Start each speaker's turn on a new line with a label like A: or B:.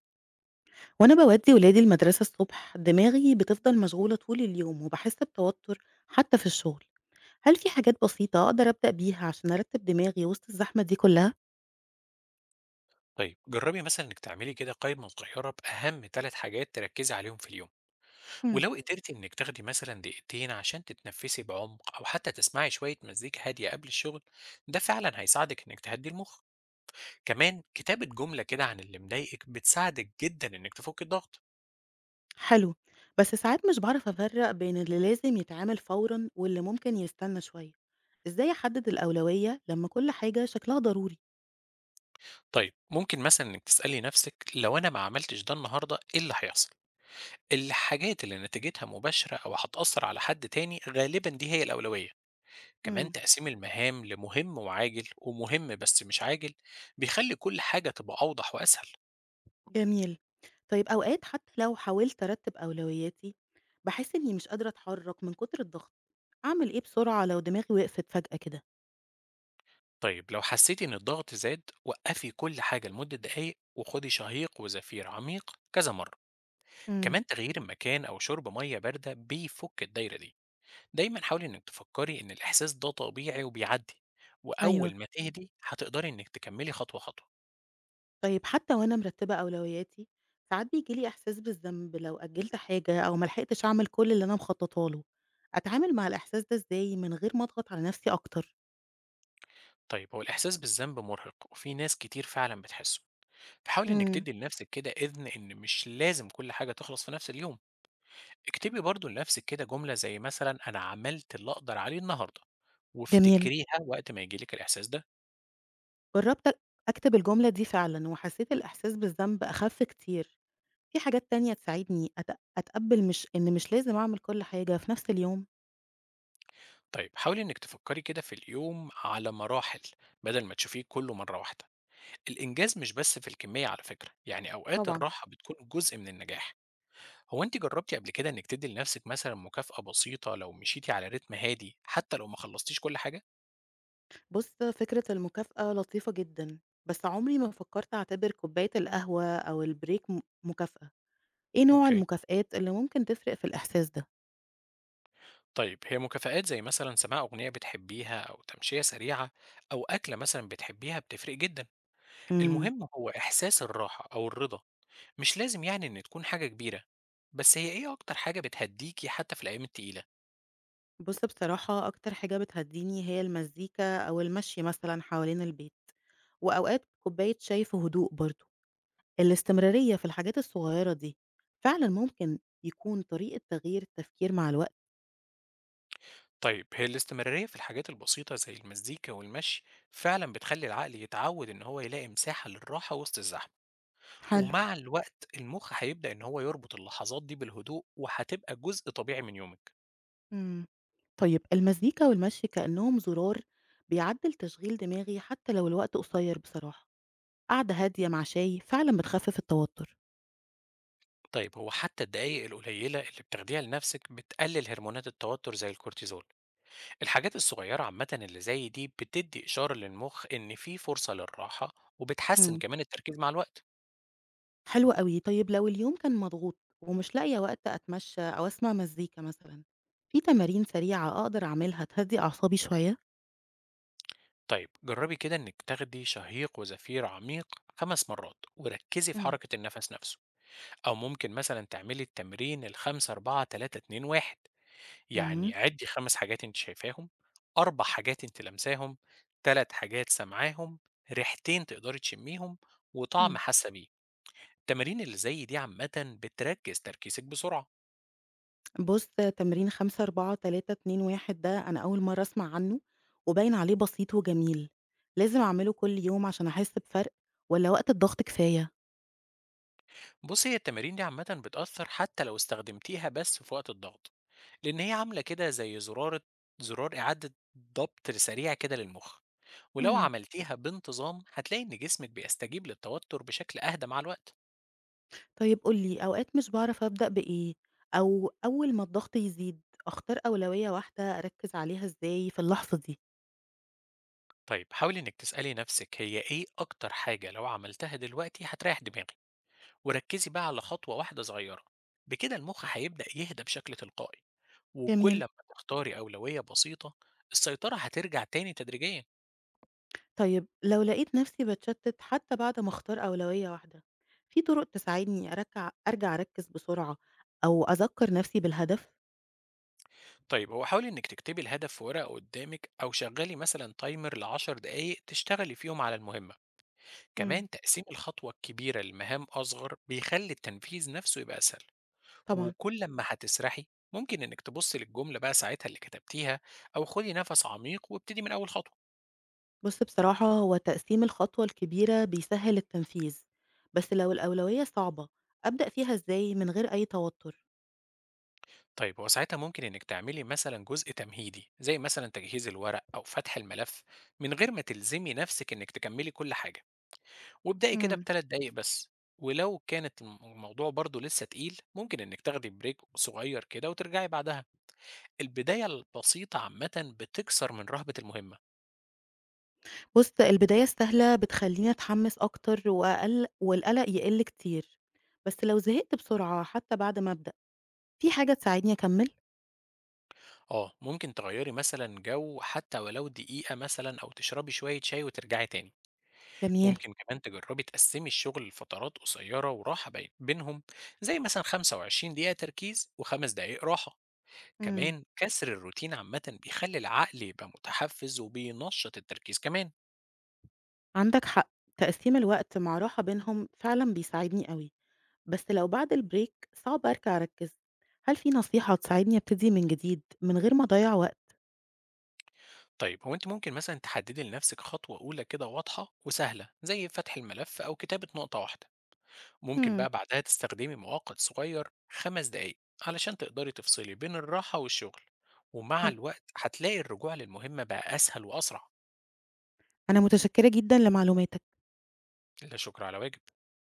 A: وانا بودي ولادي المدرسة الصبح، دماغي بتفضل مشغولة طول اليوم وبحس بتوتر حتى في الشغل. هل في حاجات بسيطة اقدر ابدأ بيها عشان ارتب دماغي وسط الزحمة دي كلها؟
B: طيب جربي مثلا انك تعملي كده قائمه صغيره باهم 3 حاجات تركزي عليهم في اليوم.
A: مم.
B: ولو قدرتي انك تاخدي مثلا دقيقتين عشان تتنفسي بعمق او حتى تسمعي شويه مزيكا هاديه قبل الشغل، ده فعلا هيساعدك انك تهدي المخ. كمان كتابه جمله كده عن اللي مضايقك بتساعدك جدا انك تفك الضغط.
A: حلو، بس ساعات مش بعرف افرق بين اللي لازم يتعامل فورا واللي ممكن يستنى شوية. ازاي احدد الأولوية لما كل حاجة شكلها ضروري؟
B: طيب ممكن مثلا انك تسالي نفسك لو انا ما عملتش ده النهارده ايه اللي هيحصل. الحاجات اللي نتيجتها مباشره او هتاثر على حد تاني غالبا دي هي الاولويه. كمان
A: مم.
B: تقسيم المهام لمهم وعاجل ومهم بس مش عاجل بيخلي كل حاجة تبقى أوضح وأسهل.
A: جميل. طيب اوقات حتى لو حاولت ارتب أولوياتي، بحس اني مش قادرة اتحرك من كتر الضغط. اعمل ايه بسرعة لو دماغي وقفت فجأة كده؟
B: طيب لو حسيتي إن الضغط زاد وقفي كل حاجة لمدة دقايق وخدي شهيق وزفير عميق كذا مرة.
A: مم.
B: كمان تغيير المكان أو شرب مية باردة بيفك الدايرة دي. دايما حاولي إنك تفكري إن الإحساس ده طبيعي وبيعدي،
A: أيوه.
B: وأول ما تهدي هتقدري إنك تكملي خطوة خطوة.
A: طيب حتى وأنا مرتّبة أولوياتي، ساعات بييجي لي إحساس بالذنب لو أجّلت حاجة أو ما لحقتش أعمل كل اللي أنا مخطّطة له. أتعامل مع الإحساس ده إزاي من غير ما أضغط على نَفْسي أكتر؟
B: طيب هو الإحساس بالذنب مرهق وفي ناس كتير فعلا بتحسه. حاولي إنِّك
A: إمم،
B: تدّي لنفسِك كده إذن إن مش لازم كل حاجة تخلص في نفس اليوم، اكتبي برضه لنفسِك كده جملة زي مثلًا أنا عملت اللي أقدر عليه النهارده،
A: جميل.
B: وافتكريها وقت ما ييجي لِك الإحساس ده.
A: جرّبت أ أكتب الجملة دي فعلًا وحسّيت الإحساس بالذنب أخَف كتير. في حاجات تانية تساعدني أتقبّل مش إن مش لازم أعمل كل حاجة في نَفْس اليوم؟
B: طيب حاولي إنِّك تفكّري كده في اليوم على مراحل، بدل ما تشوفيه كله مرّة واحدة. الإنجاز مش بس في الكمية على فكرة، يعني أوقات
A: طبعًا.
B: الراحة بتكون جزء من النجاح. هو أنتِ جرّبتِ قبل كده إنِّك تدّي لنفسِك مثلًا مكافأة بسيطة لو مشيتِ على رتم هادي، حتى لو ما خلصتيش كل حاجة؟
A: بُص، فكرة المكافأة لطيفة جدًا، بس عمري ما فكّرت أعتبر كوباية القهوة أو الbreak مكافأة. إيه نوع
B: أوكي.
A: المكافآت اللي ممكن تفرق في الإحساس ده؟
B: طيب هي مكافآت زي مثلا سماع أغنية بتحبيها أو تمشية سريعة أو أكلة مثلا بتحبيها بتفرق جدا.
A: إمم.
B: المهم هو إحساس الراحة أو الرضا، مش لازم يعني إن تكون حاجة كبيرة. بس هي إيه أكتر حاجة بتهديكي حتى في الأيام التقيلة؟
A: بُص، بصراحة أكتر حاجة بتهدّيني هي المزيكا أو المشي مثلًا حوالين البيت، وأوقات كوباية شاي في هدوء برضه، الاستمرارية في الحاجات الصغيرة دي فعلًا ممكن يكون طريقة تغيير التفكير مع الوقت.
B: طيب هي الاستمرارية في الحاجات البسيطة زي المزيكا والمشي فعلا بتخلي العقل يتعود إن هو يلاقي مساحة للراحة وسط الزحمة.
A: حلو.
B: ومع الوقت المخ هيبدأ إن هو يربط اللحظات دي بالهدوء وهتبقى جزء طبيعي من يومك.
A: إمم. طيب المزيكا والمشي كأنهم زرار بيعدّل تشغيل دماغي حتى لو الوقت قصير، بصراحة قعدة هادية مع شاي فعلًا بتخفف التوتر.
B: طيب هو حتى الدقايق القليلة اللي بتاخديها لنفسك بتقلل هرمونات التوتر زي الكورتيزول. الحاجات الصغيرة عامة اللي زي دي بتدي إشارة للمخ إن في فرصة للراحة وبتحسن
A: إمم.
B: كمان التركيز مع الوقت.
A: حلو أوي. طيب لو اليوم كان مضغوط ومش لاقية وقت أتمشى أو أسمع مزيكا مثلًا، في تمارين سريعة أقدر أعملها تهدّي أعصابي شوية؟
B: طيب جربي كده إنك تاخدي شهيق وزفير عميق 5 مرات وركزي في
A: إمم.
B: حركة النفس نفسه. أو ممكن مثلا تعملي التمرين الخمسة أربعة تلاتة اتنين واحد.
A: اهم.
B: يعني عدّي 5 حاجات أنتِ شايفاهم، 4 حاجات أنتِ لامساهم، 3 حاجات سامعاهم، ريحتين تقدري تشميهم، وطعم
A: إمم.
B: حاسة بيه. التمارين اللي زي دي عامةً بتركّز تركيزِك بسرعة.
A: بُص، تمرين 5، 4، 3، 2، 1 ده أنا أول مرّة أسمع عنه وباين عليه بسيط وجميل. لازم أعمله كل يوم عشان أحس بفرق والّا وقت الضغط كفاية؟
B: بُصّي، هي التمارين دي عامةً بتأثّر حتى لو استخدمتيها بس في وقت الضغط، لإن هي عاملة كده زي زرار إعادة ضبط سريع كده للمُخ، ولو
A: إمم.
B: عملتيها بانتظام هتلاقي إن جسمِك بيستجيب للتوتر بشكل أهدى مع الوقت.
A: طيب قُل لي، أوقات مش باعرف أبدأ بإيه، أو أول ما الضغط يزيد أختار أولوية واحدة أركّز عليها إزاي في اللحظة دي؟
B: طيب حاولي إنك تسألي نفسك هي إيه أكتر حاجة لو عملتها دلوقتي هتريح دماغي، وركزي بقى على خطوة واحدة صغيرة. بكده المخ هيبدأ يهدى بشكل تلقائي، وكل
A: جميل.
B: ما تختاري أولوية بسيطة السيطرة هترجع تاني تدريجيا.
A: طيب لو لقيت نفسي باتشتت حتى بعد ما اختار أولوية واحدة، في طرق تساعدني أرجع أركز بسرعة أو أذكر نفسي بالهدف؟
B: طيب هو حاولي إنك تكتبي الهدف في ورقة قدامك أو شغلي مثلا تايمر لعشر دقايق تشتغلي فيهم على المهمة.
A: مم.
B: كمان تقسيم الخطوة الكبيرة لمهام أصغر بيخلي التنفيذ نفسه يبقى أسهل.
A: طبعًا.
B: وكل لما هتسرحي ممكن انك تبصي للجمله بقى ساعتها اللي كتبتيها او خدي نفس عميق وابتدي من اول خطوه.
A: بُص، بصراحة هو تقسيم الخطوة الكبيرة بيسهل التنفيذ، بس لو الأولوية صعبة أبدأ فيها إزاي من غير أي توتر؟
B: طيب هو ساعتها ممكن انك تعملي مثلا جزء تمهيدي زي مثلا تجهيز الورق او فتح الملف من غير ما تلزمي نفسك انك تكملي كل حاجه، وابدأي كده
A: مم.
B: بثلاث دقايق بس. ولو كانت الموضوع برضو لسه تقيل ممكن انك تاخدي بريك صغير كده وترجعي بعدها. البدايه البسيطه عامه بتكسر من رهبه المهمه.
A: بُص، البداية السهلة بتخليني أتحمس أكتر وأقل والقلق يقل كتير، بس لو زهقت بسرعة حتى بعد ما أبدأ، في حاجة تساعدني أكمل؟
B: آه، ممكن تغيّري مثلًا جو حتى ولو دقيقة مثلًا أو تشربي شوية شاي وترجعي تاني.
A: جميل.
B: ممكن كمان تجرّبي تقسّمي الشغل لفترات قصيّرة وراحة بينهم، زي مثلًا 25 دقيقة تركيز و5 دقايق راحة.
A: مم.
B: كمان كسر الروتين عامةً بيخلّي العقل يبقى متحفّز وبينشّط التركيز كمان.
A: عندك حق، تقسيم الوقت مع راحة بينهم فعلا بيساعدني قوي، بس لو بعد البريك صعب أرجع أركز، هل في نصيحة تساعدني أبتدي من جديد من غير ما أضيع وقت؟
B: طيب هو أنتِ ممكن مثلًا تحدّدي لنَفْسِك خطوة أولى كده واضحة وسهلة، زي فتح الملف أو كتابة نقطة واحدة. ممكن
A: مم.
B: بقى بعدها تستخدمي مؤقت صغير 5 دقايق علشان تقدري تفصلي بين الراحة والشغل. ومع
A: حلو.
B: الوقت هتلاقي الرجوع للمهمة بقى أسهل وأسرع.
A: أنا متشكرة جدا لمعلوماتك.
B: لا شكر على واجب.